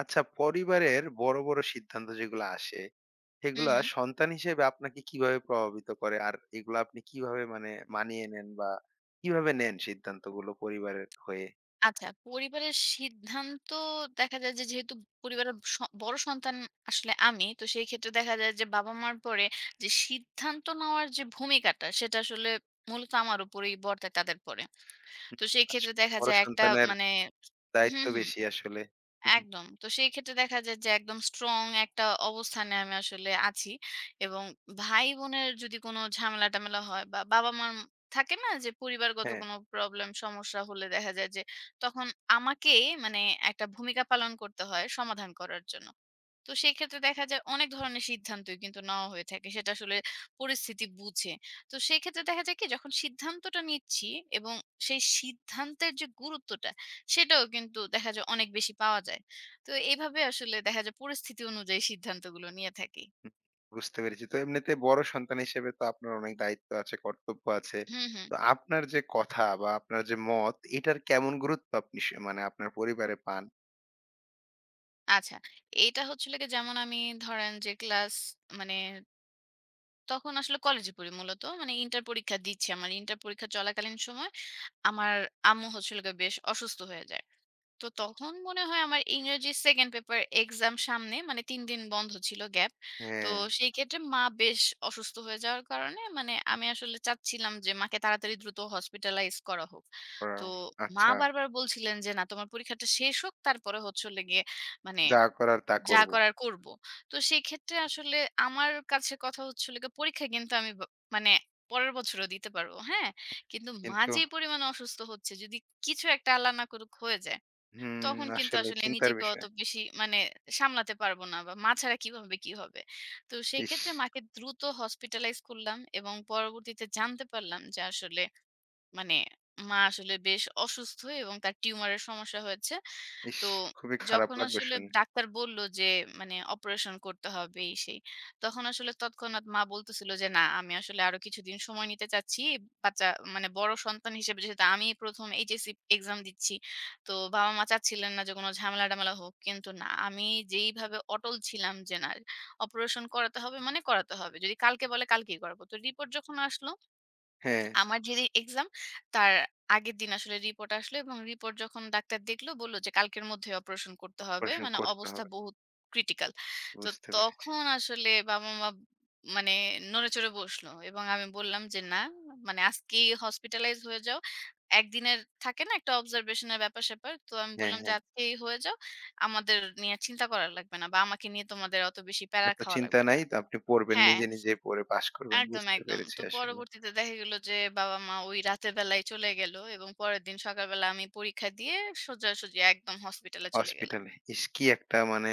আচ্ছা পরিবারের বড়, বড় সিদ্ধান্ত যেগুলা আসে, হুম, সেগুলা হুম। সন্তান হিসেবে আপনাকে কিভাবে প্রভাবিত করে? আর এগুলা আপনি কিভাবে মানে মানিয়ে নেন বা কিভাবে নেন সিদ্ধান্তগুলো পরিবারের হয়ে? আচ্ছা পরিবারের সিদ্ধান্ত দেখা যায় যে যেহেতু পরিবারের স বড় সন্তান আসলে আমি। তো সেই ক্ষেত্রে দেখা যায় যে বাবা-মার পরে যে সিদ্ধান্ত নেওয়ার যে ভূমিকাটা সেটা আসলে মূলত আমার উপরেই বর্তায় তাদের পরে। তো সেই ক্ষেত্রে আসলে দেখা বড় যায় একটা সন্তানের মানে দায়িত্ব হুম, হুম। বেশি আসলে। হুম, একদম। তো সেই ক্ষেত্রে দেখা যায় যে একদম স্ট্রং একটা অবস্থানে আমি আসলে আছি। এবং ভাই-বোনের যদি কোনো ঝামেলা-টামেলা হয় বা বাবা-মার থাকে না যে পরিবারগত হ্যাঁ, কোনো প্রবলেম সমস্যা হলে দেখা যায় যে তখন আমাকেই একটা ভূমিকা পালন করতে হয় সমাধান করার জন্য। তো সেক্ষেত্রে দেখা যায় অনেক ধরনের সিদ্ধান্তই কিন্তু নেওয়া হয়ে থাকে সেটা আসলে পরিস্থিতি বুঝে। তো সেক্ষেত্রে দেখা যায় কি যখন সিদ্ধান্তটা নিচ্ছি এবং সেই সিদ্ধান্তের যে গুরুত্বটা সেটাও কিন্তু দেখা যায় অনেক বেশি পাওয়া যায়। তো এভাবে আসলে দেখা যায় পরিস্থিতি অনুযায়ী সিদ্ধান্তগুলো নিয়ে থাকি। হুম, বুঝতে পেরেছি। তো এমনিতে বড় সন্তান হিসেবে তো আপনার অনেক দায়িত্ব আছে, কর্তব্য আছে। হুম, হুম। তো আপনার যে কথা বা আপনার যে মত, এটার কেমন গুরুত্ব আপনি মানে আপনার পরিবারে পান? আচ্ছা। এইটা হচ্ছিল গিয়ে যেমন আমি ধরেন যে ক্লাস মানে তখন আসলে কলেজে পড়ি মূলত। মানে ইন্টার পরীক্ষা দিচ্ছি। আমার ইন্টার পরীক্ষা চলাকালীন সময় আমার আম্মু হচ্ছিল গিয়ে বেশ অসুস্থ হয়ে যায়। তো তখন মনে হয় আমার ইংরেজি 2nd পেপার এক্সাম সামনে মানে ৩ দিন বন্ধ ছিল গ্যাপ। তো হ্যাঁ, সেই ক্ষেত্রে মা বেশ অসুস্থ হয়ে যাওয়ার কারণে মানে আমি আসলে চাচ্ছিলাম যে মাকে তাড়াতাড়ি দ্রুত হসপিটালাইজ করা হোক। ওয়াও! তো মা আচ্ছা, বারবার বলছিলেন যে, "না তোমার পরীক্ষাটা শেষ হোক তারপরে হচ্ছে হলো গিয়ে মানে যা করার তা যা করব। করার করব।" তো সেই ক্ষেত্রে আসলে আমার কাছে কথা হচ্ছে হলো গিয়ে পরীক্ষা কিন্তু আমি বা মানে পরের বছরও দিতে পারব। হ্যাঁ? কিন্তু মা কিন্তু যে পরিমাণে অসুস্থ হচ্ছে যদি কিছু একটা আল্লাহ না করুক হয়ে যায় হুম, তখন কিন্তু আসলে আসলে চিন্তার নিজেকে অত বিষয়। বেশি সামলাতে পারবো না বা মা ছাড়া কিভাবে কি হবে। তো সেই ইস! ক্ষেত্রে মাকে দ্রুত হসপিটালাইজ করলাম এবং পরবর্তীতে জানতে পারলাম যে আসলে মানে মা আসলে বেশ অসুস্থ এবং তার টিউমারের সমস্যা হয়েছে। ইস! তো খুবই খারাপ যখন লাগলো আসলে শুনে। ডাক্তার বলল যে অপারেশন করতে হবে এই সেই। তখন আসলে তৎক্ষণাৎ মা বলতেছিল যে, "না, আমি আসলে আরো কিছুদিন সময় নিতে চাচ্ছি। বাচ্চা মানে বড় সন্তান হিসেবে যেহেতু আমিই ১ম এইচএসসি এক্সাম দিচ্ছি। তো বাবা-মা চাচ্ছিলেন না যে কোনো ঝামেলা-টামেলা হোক। কিন্তু না, আমি যেইভাবে অটল ছিলাম যে না অপারেশন করাতে হবে মানে করাতে হবে। যদি কালকে বলে কালকেই করাবো।" তো রিপোর্ট যখন আসলো হ্যাঁ, আমার যেদিন এক্সাম তার আগের দিন আসলে রিপোর্ট আসলো এবং রিপোর্ট যখন ডাক্তার দেখলো বলল যে কালকের মধ্যে অপারেশন করতে হবে। অপারেশন মানে করতে অবস্থা হবে। বহুত ক্রিটিক্যাল। তো বুঝতে পেরেছি। তখন আসলে বাবা-মা মানে নড়েচড়ে বসলো এবং আমি বললাম যে, "না আজকেই হসপিটালাইজ হয়ে যাও।" একদিনের থাকে না একটা অবজারভেশনের ব্যাপার-স্যাপার। তো আমি হ্যাঁ, বললাম যে, হ্যাঁ। "আজকেই হয়ে যাও। আমাদের নিয়ে চিন্তা করা লাগবে না বা আমাকে নিয়ে তোমাদের অত বেশি প্যারা এত খাওয়া চিন্তা লাগবে না।" নাই। তো আপনি পড়বেন হ্যাঁ। নিজে, নিজে পড়ে পাস করবেন। একদম, বুঝতে একদম। পেরেছি তো আসলে। পরবর্তীতে দেখা গেল যে বাবা-মা ওই রাতের বেলায় চলে গেল এবং পরের দিন সকালবেলা আমি পরীক্ষা দিয়ে সোজাসুজি একদম হসপিটালে চলে গেলাম। হসপিটালে। ইস! কি একটা মানে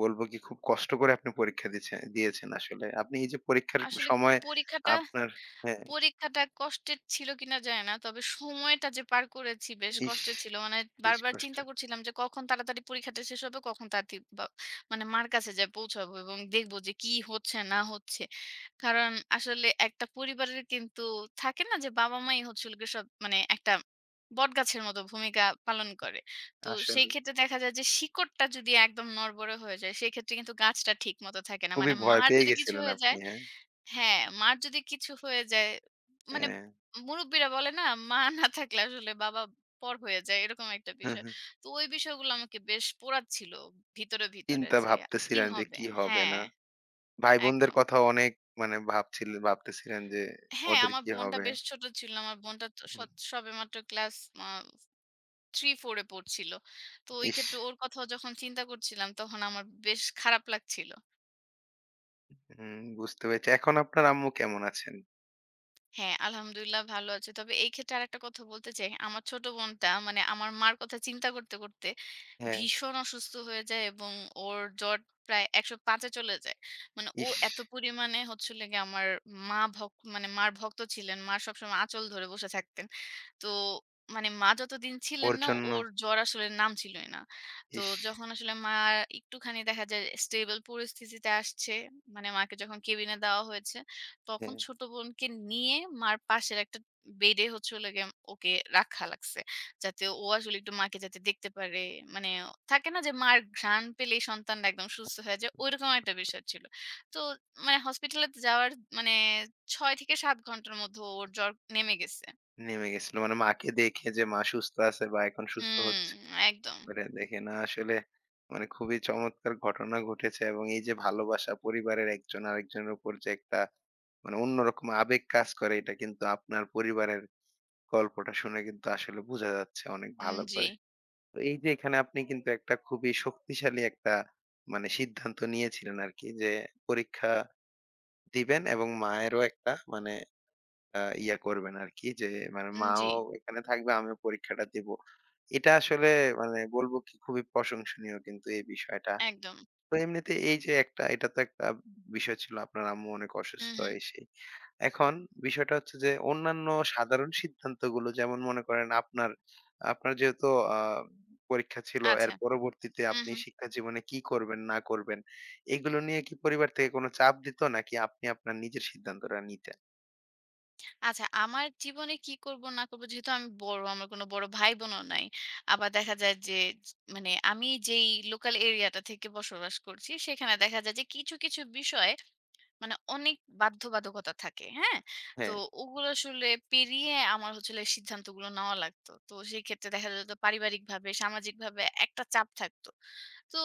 বলবো কি খুব কষ্ট করে আপনি পরীক্ষা দিয়েছেন আসলে। আপনি এই যে পরীক্ষার আসলে সময় পরীক্ষাটা আপনার হ্যাঁ, পরীক্ষাটা কষ্টের ছিল কিনা জানি না। তবে সময়টা যে পার করেছি বেশ ইস! কষ্টের ছিল। মানে বেশ বারবার কষ্ট। চিন্তা করছিলাম যে কখন তাড়াতাড়ি পরীক্ষাটা শেষ হবে, কখন তাড়াতাড়ি বা মার কাছে যেয়ে পৌঁছাবো এবং দেখবো যে কি হচ্ছে না হচ্ছে। কারণ আসলে একটা পরিবারের কিন্তু থাকে না যে বাবা-মাই হচ্ছে হলো গিয়ে সব মানে একটা বটগাছের মতো ভূমিকা পালন করে। তো সেই আসলে ক্ষেত্রে দেখা যায় যে শিকড়টা যদি একদম নড়বড়ে হয়ে যায়, সেক্ষেত্রে কিন্তু গাছটা ঠিক মতো থাকে না। মানে খুবই ভয় মার পেয়ে যদি কিছু গেছিলেন হয়ে যায় আপনি, হ্যাঁ? হ্যাঁ, মার যদি কিছু হয়ে যায়, মানে হ্যাঁ, মুরুব্বিরা বলে না, মা না থাকলে আসলে বাবা পর হয়ে যায়, এরকম একটা হ্যাঁ, বিষয়। হ্যাঁ। তো ওই বিষয়গুলো আমাকে বেশ পোড়াচ্ছিল ভিতরে, ভিতরে চিন্তা যে কি ভাবতেছিলেন যে হবে? কি হবে হ্যাঁ, না। ভাই-বোনদের একদম। কথাও অনেক মানে ভাবতেছিলেন যে হ্যাঁ, ওদের আমার কি বোনটা হবে? বেশ ছোট ছিল। আমার বোনটা তো হুম, সৎ সবেমাত্র ক্লাস আ 3-4 এ পড়ছিল। তো ওই ইস! ক্ষেত্রে ওর কথাও যখন চিন্তা করছিলাম, তখন আমার বেশ খারাপ লাগছিল। হুম, বুঝতে পেরেছি। এখন আপনার আম্মু কেমন আছেন? হ্যাঁ, আলহামদুলিল্লাহ ভালো আছে। তবে এই ক্ষেত্রে আরেকটা কথা বলতে চাই। আমার ছোট বোনটা মানে আমার মার কথা চিন্তা করতে, করতে হ্যাঁ, ভীষণ অসুস্থ হয়ে যায় এবং ওর জ্বর প্রায় ১০৫ এ চলে যায়। মানে ও ইস! এত পরিমাণে হচ্ছে হলো গিয়ে আমার মা ভক মানে মার ভক্ত ছিলেন। মা সবসময় আঁচল ধরে বসে থাকতেন। তো মানে মা যতদিন ছিলেন ওর না জন্য ওর জ্বর আসলে নাম ছিলই না। তো ইস! যখন আসলে মা একটুখানি দেখা যায় স্টেবল পরিস্থিতিতে আসছে, মানে মাকে যখন কেবিনে দেওয়া হয়েছে, তখন হ্যাঁ, ছোট বোনকে নিয়ে মার পাশের একটা বেডে হচ্ছে হলো গিয়ে ওকে রাখা লাগছে। যাতে ও আসলে একটু মাকে যাতে দেখতে পারে। মানে থাকে না যে মার ঘ্রাণ পেলেই সন্তানরা একদম সুস্থ হয়ে যায়, ঐরকম একটা বিষয় ছিল। তো মানে হসপিটালে যাওয়ার মানে ৬ থেকে ৭ ঘন্টার মধ্যে ওর জ্বর নেমে গেছে। নেমে গেছিল। মানে মাকে দেখে যে মা সুস্থ আছে বা এখন সুস্থ হুম, হচ্ছে একদম। করে দেখে না আসলে মানে খুবই চমৎকার ঘটনা ঘটেছে এবং এই যে ভালোবাসা পরিবারের একজন আরেকজনের উপর যে একটা মানে অন্যরকম আবেগ কাজ করে এটা কিন্তু আপনার পরিবারের গল্পটা শুনে কিন্তু আসলে বোঝা যাচ্ছে অনেক উম ভালো জি, করে। তো এই যে এখানে আপনি কিন্তু একটা খুবই শক্তিশালী একটা মানে সিদ্ধান্ত নিয়েছিলেন আরকি যে পরীক্ষা দিবেন এবং মায়েরও একটা মানে ইয়া করবেন আরকি যে মানে উম মাও জি, এখানে থাকবে আমিও পরীক্ষাটা দিব। এটা আসলে মানে বলবো কি খুবই প্রশংসনীয় কিন্তু এই বিষয়টা। একদম। তো এমনিতে এই যে একটা এটা তো একটা বিষয় ছিল আপনার আম্মু অনেক হুম, অসুস্থ হুম। এসে এখন বিষয়টা হচ্ছে যে অন্যান্য সাধারণ সিদ্ধান্তগুলো যেমন মনে করেন আপনার আপনার যেহেতু আহ, পরীক্ষা ছিল এর আচ্ছা। পরবর্তীতে হুম, আপনি হুম। শিক্ষা জীবনে কি করবেন না করবেন এগুলো নিয়ে কি পরিবার থেকে কোনো চাপ দিত নাকি আপনি আপনার নিজের সিদ্ধান্তটা নিতেন আচ্ছা, আমার জীবনে কি করব না করব যেহেতু আমি বড়, আমার কোনো বড় ভাই-বোনও নাই। আবার দেখা যায় যে আমি যেই লোকাল এরিয়াটা থেকে বসবাস করছি সেখানে দেখা যায় যে কিছু, কিছু বিষয়ে অনেক বাধ্যবাধকতা থাকে, হ্যাঁ? তো হ্যাঁ ওগুলো আসলে পেরিয়ে আমার হচ্ছে হলো সিদ্ধান্তগুলো নেওয়া লাগতো। তো সেই ক্ষেত্রে দেখা যেত পারিবারিকভাবে, সামাজিকভাবে একটা চাপ থাকতো। তো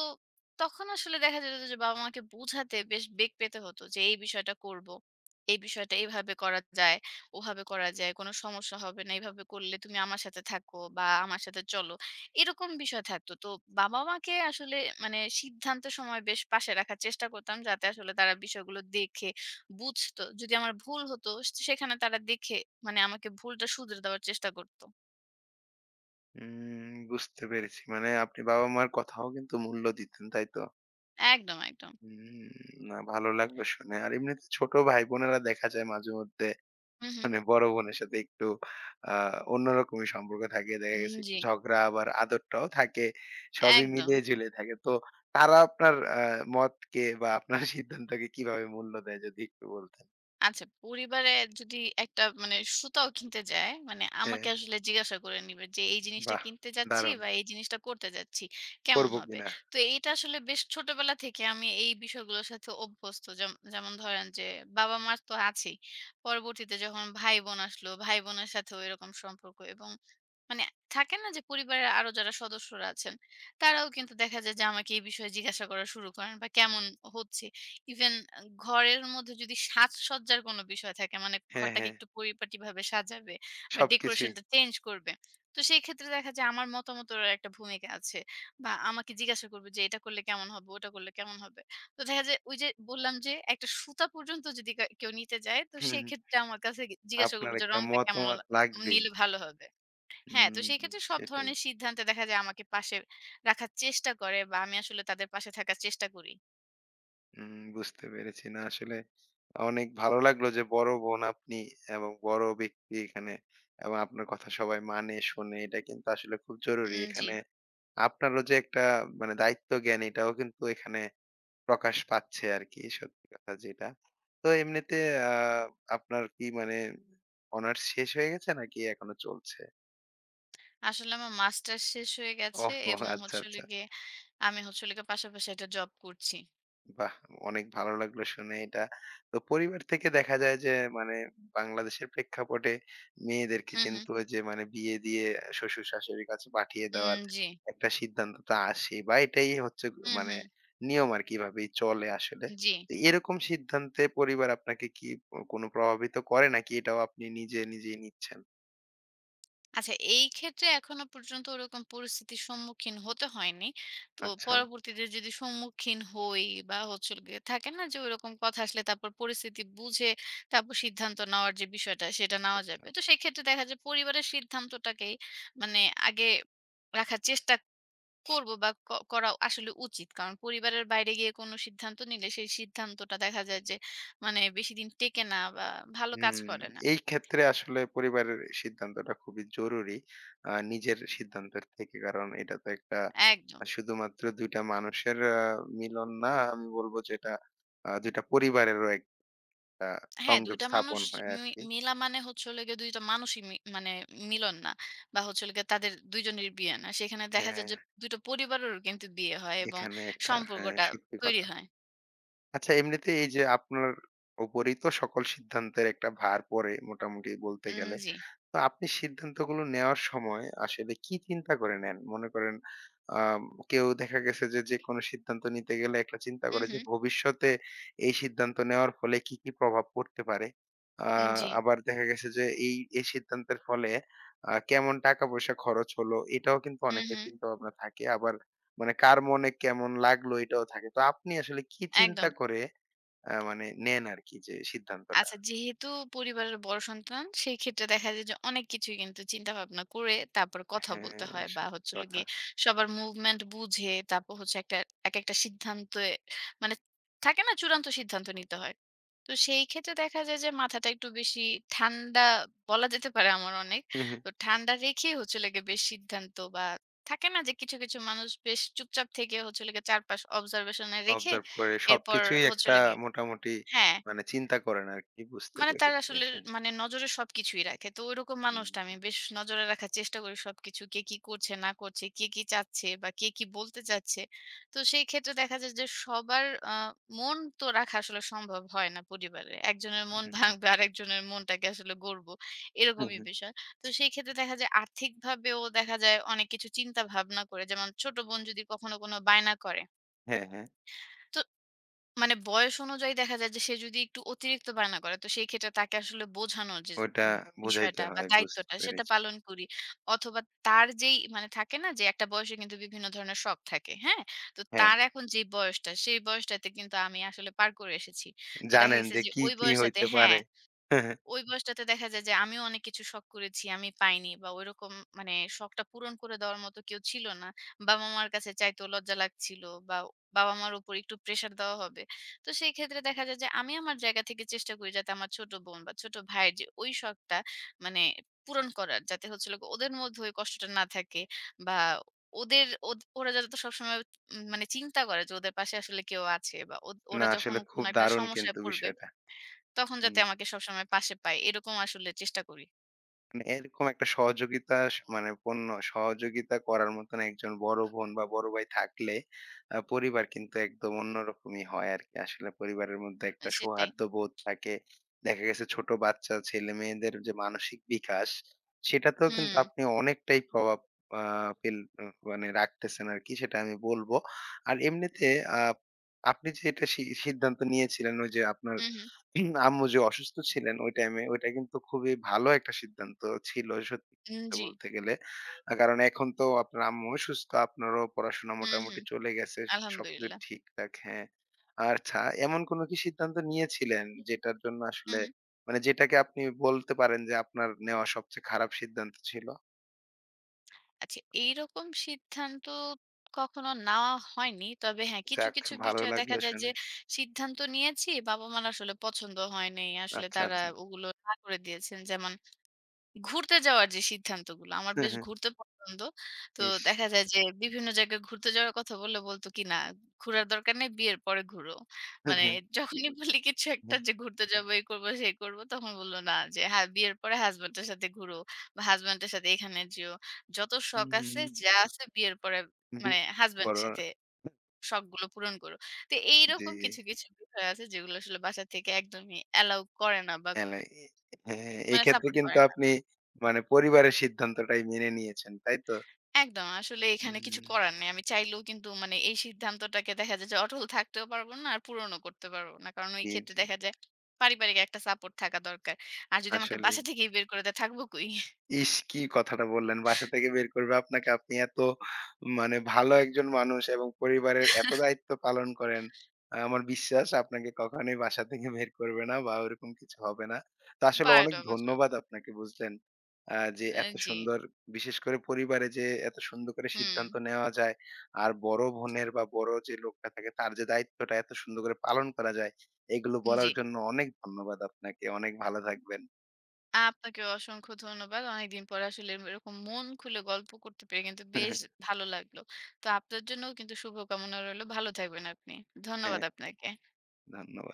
তখন আসলে দেখা যেত যে বাবা-মাকে বোঝাতে বেশ বেগ পেতে হতো যে, "এই বিষয়টা করব। এই বিষয়টা এভাবে করা যায়, ওভাবে করা যায়। কোনো সমস্যা হবে না। এভাবে করলে তুমি আমার সাথে থাকো বা আমার সাথে চলো।" এরকম বিষয় থাকতো। তো বাবা-মাকে আসলে সিদ্ধান্তের সময় বেশ পাশে রাখার চেষ্টা করতাম যাতে আসলে তারা বিষয়গুলো দেখে বুঝতো। যদি আমার ভুল হতো সেখানে তারা দেখে আমাকে ভুলটা শুধরে দেওয়ার চেষ্টা করত। উম বুঝতে পেরেছি মানে আপনি বাবা মার কথাও কিন্তু মূল্য দিতেন তাই তো একদম, একদম। উম, না ভালো লাগলো শুনে আর এমনিতে ছোট ভাই বোনেরা দেখা যায় মাঝে মধ্যে হু, হু। মানে বড় বোনের সাথে একটু আ অন্যরকমই সম্পর্ক থাকে। দেখা উম গেছে একটু জি, ঝগড়া আবার আদরটাও থাকে। সবই একদম। মিলিয়ে ঝুলিয়ে থাকে। তো তারা আপনার মতকে বা আপনার সিদ্ধান্তকে কিভাবে মূল্য দেয় যদি একটু বলতেন? আচ্ছা, পরিবারে যদি একটা মানে সুতাও কিনতে যায়, মানে হ্যাঁ, আমাকে আসলে জিজ্ঞাসা করে নিবে যে, "এই জিনিসটা বাহ! কিনতে যাচ্ছি দারুণ। বা এই জিনিসটা করতে যাচ্ছি, কেমন করব হবে?" কিনা। তো এইটা আসলে বেশ ছোটবেলা থেকে আমি এই বিষয়গুলোর সাথে অভ্যস্ত। যেমন ধরেন যে, বাবা-মার তো আছেই। পরবর্তীতে যখন ভাই-বোন আসলো, ভাই-বোনের সাথেও এরকম সম্পর্ক এবং মানে থাকে না যে পরিবারের আরো যারা সদস্যরা আছেন, তারাও কিন্তু দেখা যায় যে আমাকে এই বিষয়ে জিজ্ঞাসা করা শুরু করেন বা কেমন হচ্ছে। ইভেন ঘরের মধ্যে যদি সাজসজ্জার কোনো বিষয় থাকে মানে হ্যাঁ, ঘরটাকে হ্যাঁ। একটু পরিপাটিভাবে সাজাবে বা সবকিছুই। ডেকোরেশনটা চেঞ্জ করবে। তো সেই ক্ষেত্রে দেখা যায় আমার মতামতেরও একটা ভূমিকা আছে। বা আমাকে জিজ্ঞাসা করবে যে এটা করলে কেমন হবে, ওটা করলে কেমন হবে। তো দেখা যায় ওই যে বললাম যে একটা সুতা পর্যন্ত যদি কেউ নিতে যায় তো হুম, সেই হুম। ক্ষেত্রে আমার কাছে জিজ্ঞাসা করবে আপনার যে একটা রংটা কেমন মতামত লা লাগবেই। নিলে ভালো হবে। হ্যাঁ, তো হুম, সেই ক্ষেত্রে সব সেটাই। ধরনের সিদ্ধান্তে দেখা যায় আমাকে পাশে রাখার চেষ্টা করে বা আমি আসলে তাদের পাশে থাকার চেষ্টা করি। হুম, বুঝতে পেরেছি। না আসলে অনেক ভালো লাগলো যে বড় বোন আপনি এবং বড় ব্যক্তি এখানে এবং আপনার কথা সবাই মানে, শোনে। এটা কিন্তু আসলে খুব জরুরি। উম জি। এখানে আপনারও যে একটা মানে দায়িত্ব জ্ঞান এটাও কিন্তু এখানে প্রকাশ পাচ্ছে আরকি সত্যি কথা যেটা। তো এমনিতে আ আপনার কি মানে অনার্স শেষ হয়ে গেছে নাকি এখনো চলছে? আসলে আমার মাস্টার্স শেষ হয়ে গেছে ওহহো! এবং আচ্ছা, হচ্ছে হলো আচ্ছা। গিয়ে আমি হচ্ছে হলো গিয়ে পাশাপাশি একটা জব করছি। বাহ! অনেক ভালো লাগলো শুনে এটা। তো পরিবার থেকে দেখা যায় যে মানে বাংলাদেশের প্রেক্ষাপটে মেয়েদেরকে হু, হু। কিন্তু ওই যে মানে বিয়ে দিয়ে শ্বশুর-শাশুড়ির কাছে পাঠিয়ে উম দেওয়ার জি। একটা সিদ্ধান্ত তো আসেই বা এটাই হচ্ছে হু, মানে হু। নিয়ম আরকি এভাবেই চলে আসলে। জি। তো এরকম সিদ্ধান্তে পরিবার আপনাকে কি কোনো প্রভাবিত করে নাকি এটাও আপনি নিজে, নিজেই নিচ্ছেন? আচ্ছা, এই ক্ষেত্রে এখনো পর্যন্ত ওরকম পরিস্থিতির সম্মুখীন হতে হয়নি। তো আচ্ছা, পরবর্তীতে যদি সম্মুখীন হই বা হচ্ছে হলো গিয়ে থাকে না যে ওইরকম কথা আসলে তারপর পরিস্থিতি বুঝে তারপর সিদ্ধান্ত নেওয়ার যে বিষয়টা সেটা নেওয়া যাবে। আচ্ছা। তো সেক্ষেত্রে দেখা যায় পরিবারের সিদ্ধান্তটাকেই মানে আগে রাখার চেষ্টা করব বা করা আসলে উচিত। কারণ পরিবারের বাইরে গিয়ে কোনো সিদ্ধান্ত নিলে সেই সিদ্ধান্তটা দেখা যায় যে বেশিদিন টেকে না বা ভালো কাজ হুম, করে না। এই ক্ষেত্রে আসলে পরিবারের সিদ্ধান্তটা খুবই জরুরি। নিজের সিদ্ধান্তের থেকে। কারণ এটা তো একটা একদম। শুধুমাত্র ২ টা মানুষের মিলন না। আমি বলব যে এটা ২ টা পরিবারেরও একটা হ্যাঁ, ২ সংযোগ টা মানুষ স্থাপন হয় আরকি। মিলা মানে হচ্ছে হলো গিয়ে ২ টা মানুষই মি মানে মিলন না। বা হচ্ছে হলো গিয়ে তাদের ২ জনের বিয়ে না। সেখানে দেখা হ্যাঁ, যায় যে ২ টা পরিবারেরও কিন্তু বিয়ে হয় এবং এখানে একটা হ্যাঁ, সম্পর্কটা সত্যি তৈরি কথা। হয়। আচ্ছা এমনিতে এই যে আপনার উপরেই তো সকল সিদ্ধান্তের একটা ভার পড়ে মোটামুটি বলতে উম গেলে। জি। তো আপনি সিদ্ধান্তগুলো নেওয়ার সময় আসলে কি চিন্তা করে নেন? মনে করেন আম কেউ দেখা গেছে যে, যেকোনো সিদ্ধান্ত নিতে গেলে একটা চিন্তা হু, করে হু। যে, ভবিষ্যতে এই সিদ্ধান্ত নেওয়ার ফলে কি, কি প্রভাব পড়তে পারে? আ জি। আবার দেখা গেছে যে, এই, এই সিদ্ধান্তের ফলে কেমন টাকা-পয়সা খরচ হলো? এটাও কিন্তু হু, অনেকের হু। চিন্তাভাবনা থাকে। আবার মানে কার মনে কেমন লাগলো এটাও থাকে। তো আপনি আসলে কি চিন্তা একদম। করে মানে নেন আরকি যে সিদ্ধান্তটা? আচ্ছা, যেহেতু পরিবারের বড় সন্তান, সেই ক্ষেত্রে দেখা যায় যে অনেক কিছুই কিন্তু চিন্তাভাবনা করে তারপর কথা বলতে হ্যাঁ, হয় বা সত্যি হচ্ছে হলো কথা। গিয়ে সবার মুভমেন্ট বুঝে তারপর হচ্ছে একটা একেকটা সিদ্ধান্তে মানে থাকে না চূড়ান্ত সিদ্ধান্ত নিতে হয়। তো সেই ক্ষেত্রে দেখা যায় যে মাথাটা একটু বেশি ঠান্ডা বলা যেতে পারে আমার অনেক। তো ঠান্ডা রেখেই হচ্ছে হলো গিয়ে বেশ সিদ্ধান্ত বা থাকে না যে কিছু, কিছু মানুষ বেশ চুপচাপ থেকে হচ্ছে হলো গিয়ে চারপাশ observation এ রেখে অবজার্ভ করে এরপর সবকিছুই হচ্ছে একটা হলো গিয়ে মোটামুটি হ্যাঁ। মানে চিন্তা করেন আরকি বুঝতে তার পেরেছি আসলে আসলে। নজরে সবকিছুই রাখে। তো ওইরকম হুম, মানুষটা আমি হুম, বেশ নজরে রাখার চেষ্টা করি সবকিছু। কে কি করছে না করছে, কে কি চাচ্ছে বা কে কি বলতে চাচ্ছে। তো সেই ক্ষেত্রে দেখা যায় যে সবার মন তো রাখা আসলে সম্ভব হয় না পরিবারে। একজনের মন ভাঙবে আরেকজনের মনটাকে আসলে গড়বো। হুম, এরকমই হুম। বিষয়। তো সেই ক্ষেত্রে দেখা যায় আর্থিকভাবেও দেখা যায় অনেক কিছু চিন্তা ভাবনা করে যেমন ছোট বোন যদি কখনো কোনো বায়না করে। হ্যাঁ, হ্যাঁ। তো মানে বয়স অনুযায়ী দেখা যায় যে সে যদি একটু অতিরিক্ত বায়না করে তো সেই ক্ষেত্রে তাকে আসলে বোঝানোর যে ওইটা উম বিষয়টা বুঝাইতে বা হয় বুঝতে দায়িত্বটা সেটা পেরেছি। পালন করি। অথবা তার যেই মানে থাকে না যে একটা বয়সে কিন্তু বিভিন্ন ধরনের শখ থাকে, হ্যাঁ? তো হ্যাঁ, তার এখন যে বয়সটা সেই বয়সটাতে কিন্তু আমি আসলে পার করে এসেছি। তো দেখা জানেন গেছে যে যে কি, ওই কি বয়সটাতে হইতে হ্যাঁ পারে। ওই বয়সটাতে দেখা যায় যে আমিও অনেক কিছু শখ করেছি, আমি পাইনি বা ওইরকম মানে শখটা পূরণ করে দেওয়ার মতো কেউ ছিল না। বাবা-মার কাছে চাইতেও লজ্জা লাগছিল বা বাবা-মার উপর একটু প্রেশার দেওয়া হবে। তো সেই ক্ষেত্রে দেখা যায় যে আমি আমার জায়গা থেকে চেষ্টা করি যাতে আমার ছোট বোন বা ছোট ভাইয়ের যে ওই শখটা মানে পূরণ করার। যাতে হচ্ছে হলো গিয়ে ওদের মধ্যে ওই কষ্টটা না থাকে বা ওদের ওদ ওরা যাতে সবসময় উম মানে চিন্তা করে যে ওদের পাশে আসলে কেউ আছে বা ওরা না যখন আসলে খুব কোনো একটা দারুণ সমস্যায় কিন্তু পড়বে বিষয়টা। তখন যাতে হুম। আমাকে সবসময় পাশে পায় এরকম আসলে চেষ্টা করি। মানে এরকম একটা সহযোগিতা মানে পূর্ণ সহযোগিতা করার মতন একজন বড় বোন বা বড় ভাই থাকলে পরিবার কিন্তু একদম অন্যরকমই হয় আরকি। আসলে পরিবারের মধ্যে আ একটা সেটাই। সৌহার্দ্যবোধ থাকে। দেখা গেছে ছোট বাচ্চা ছেলেমেয়েদের যে মানসিক বিকাশ সেটাতেও হুম, কিন্তু আপনি অনেকটাই প্রভাব আ ফেল আ মানে রাখতেছেন আরকি সেটা আমি বলব। আর এমনিতে আ আপনি যে এটা সিদ্ধান্ত নিয়েছিলেন ওই যে আপনার হুম, হুম। হুম, আম্মু যে অসুস্থ ছিলেন ওই টাইমে, ওইটা কিন্তু খুবই ভালো একটা সিদ্ধান্ত ছিল সত্যি উম কথা জি। বলতে গেলে। কারণ এখন তো আপনার আম্মুও সুস্থ, আপনারও পড়াশোনা হুম, হুম। মোটামুটি চলে গেছে। সবকিছু আলহামদুলিল্লাহ। ঠিকঠাক, হ্যাঁ। আচ্ছা, এমন কোনো কি সিদ্ধান্ত নিয়েছিলেন যেটার জন্য হুম, আসলে হুম। মানে যেটাকে আপনি বলতে পারেন যে আপনার নেওয়া সবচেয়ে খারাপ সিদ্ধান্ত ছিল? আচ্ছা এইরকম সিদ্ধান্ত কখনো নেওয়া হয়নি। তবে হ্যাঁ, কিছু, যাক কিছু ভালো বিষয়ে দেখা লাগলো যায় যে শুনে। সিদ্ধান্ত নিয়েছি বাবা-মার আসলে পছন্দ হয় নাই। আসলে আচ্ছা, তারা আচ্ছা। ওগুলো না করে দিয়েছেন। যেমন ঘুরতে যাওয়ার যে সিদ্ধান্তগুলো, আমার হ্যাঁ, বেশ হ্যাঁ। ঘুরতে পছন্দ। তো ইস! দেখা যায় যে বিভিন্ন জায়গায় ঘুরতে যাওয়ার কথা বললে বলতো কি, "না, ঘুরার দরকার নেই, বিয়ের পরে ঘুরো।" হ্যাঁ, মানে হ্যাঁ, যখনই বলি কিছু একটা হ্যাঁ। যে ঘুরতে যাবো, এই করবো, সেই করবো, তখন বলল, "না, যে হ্যাঁ, বিয়ের পরে হাসব্যান্ডের সাথে ঘুরো বা হাসব্যান্ডের সাথে এখানে যেও। যত শখ আছে, হুম, যা আছে বিয়ের পরে জি। হাসব্যান্ডের করোনা। সাথে শখগুলো পূরণ করো।" তো জি। এইরকম কিছু, কিছু বিষয় আছে যেগুলো আসলে বাসা থেকে একদমই অ্যালাউ করে না বা হ্যালো এ হ্যাঁ, এই ক্ষেত্রে সাপোর্ট কিন্তু করে না। আপনি মানে পরিবারের সিদ্ধান্তটাই মেনে নিয়েছেন, তাই তো? একদম। আসলে এখানে কিছু হুম, করার নেই। আমি চাইলেও কিন্তু এই সিদ্ধান্তটাকে দেখা যায় যে অটল থাকতেও পারবো না, আর পূরণও করতে পারবো না। কারণ ওই জি, ক্ষেত্রে জি। দেখা যায় পারিবারিক একটা সাপোর্ট থাকা দরকার। আর যদি আমাকে আসলেই। বাসা থেকেই বের করে দেয় থাকবো কই? ইস! কি কথাটা বললেন, বাসা থেকে বের করবে আপনাকে। আপনি এত মানে ভালো একজন মানুষ এবং পরিবারের এত দায়িত্ব পালন করেন। আমার বিশ্বাস আপনাকে কখনোই বাসা থেকে বের করবে না বা ওরকম কিছু হবে না। তো আসলে অনেক পাড়াটা বুঝবে ধন্যবাদ আপনাকে বুঝলেন। যে অ্যা এত জি। সুন্দর বিশেষ করে পরিবারে যে এত সুন্দর করে হুম, সিদ্ধান্ত নেওয়া যায়। আর বড় বোনের বা বড় যে লোকটা থাকে তার যে দায়িত্বটা এত সুন্দর করে পালন করা যায়। এগুলো জি। বলার জন্য অনেক ধন্যবাদ আপনাকে। অনেক ভালো থাকবেন। আপনাকেও অসংখ্য ধন্যবাদ। অনেকদিন পরে আসলে এরকম মন খুলে গল্প করতে পেরে কিন্তু বেশ ভালো লাগলো। তো আপনার জন্যও কিন্তু শুভকামনা রইলো। ভালো থাকবেন আপনি। ধন্যবাদ হ্যাঁ, আপনাকে। ধন্যবাদ।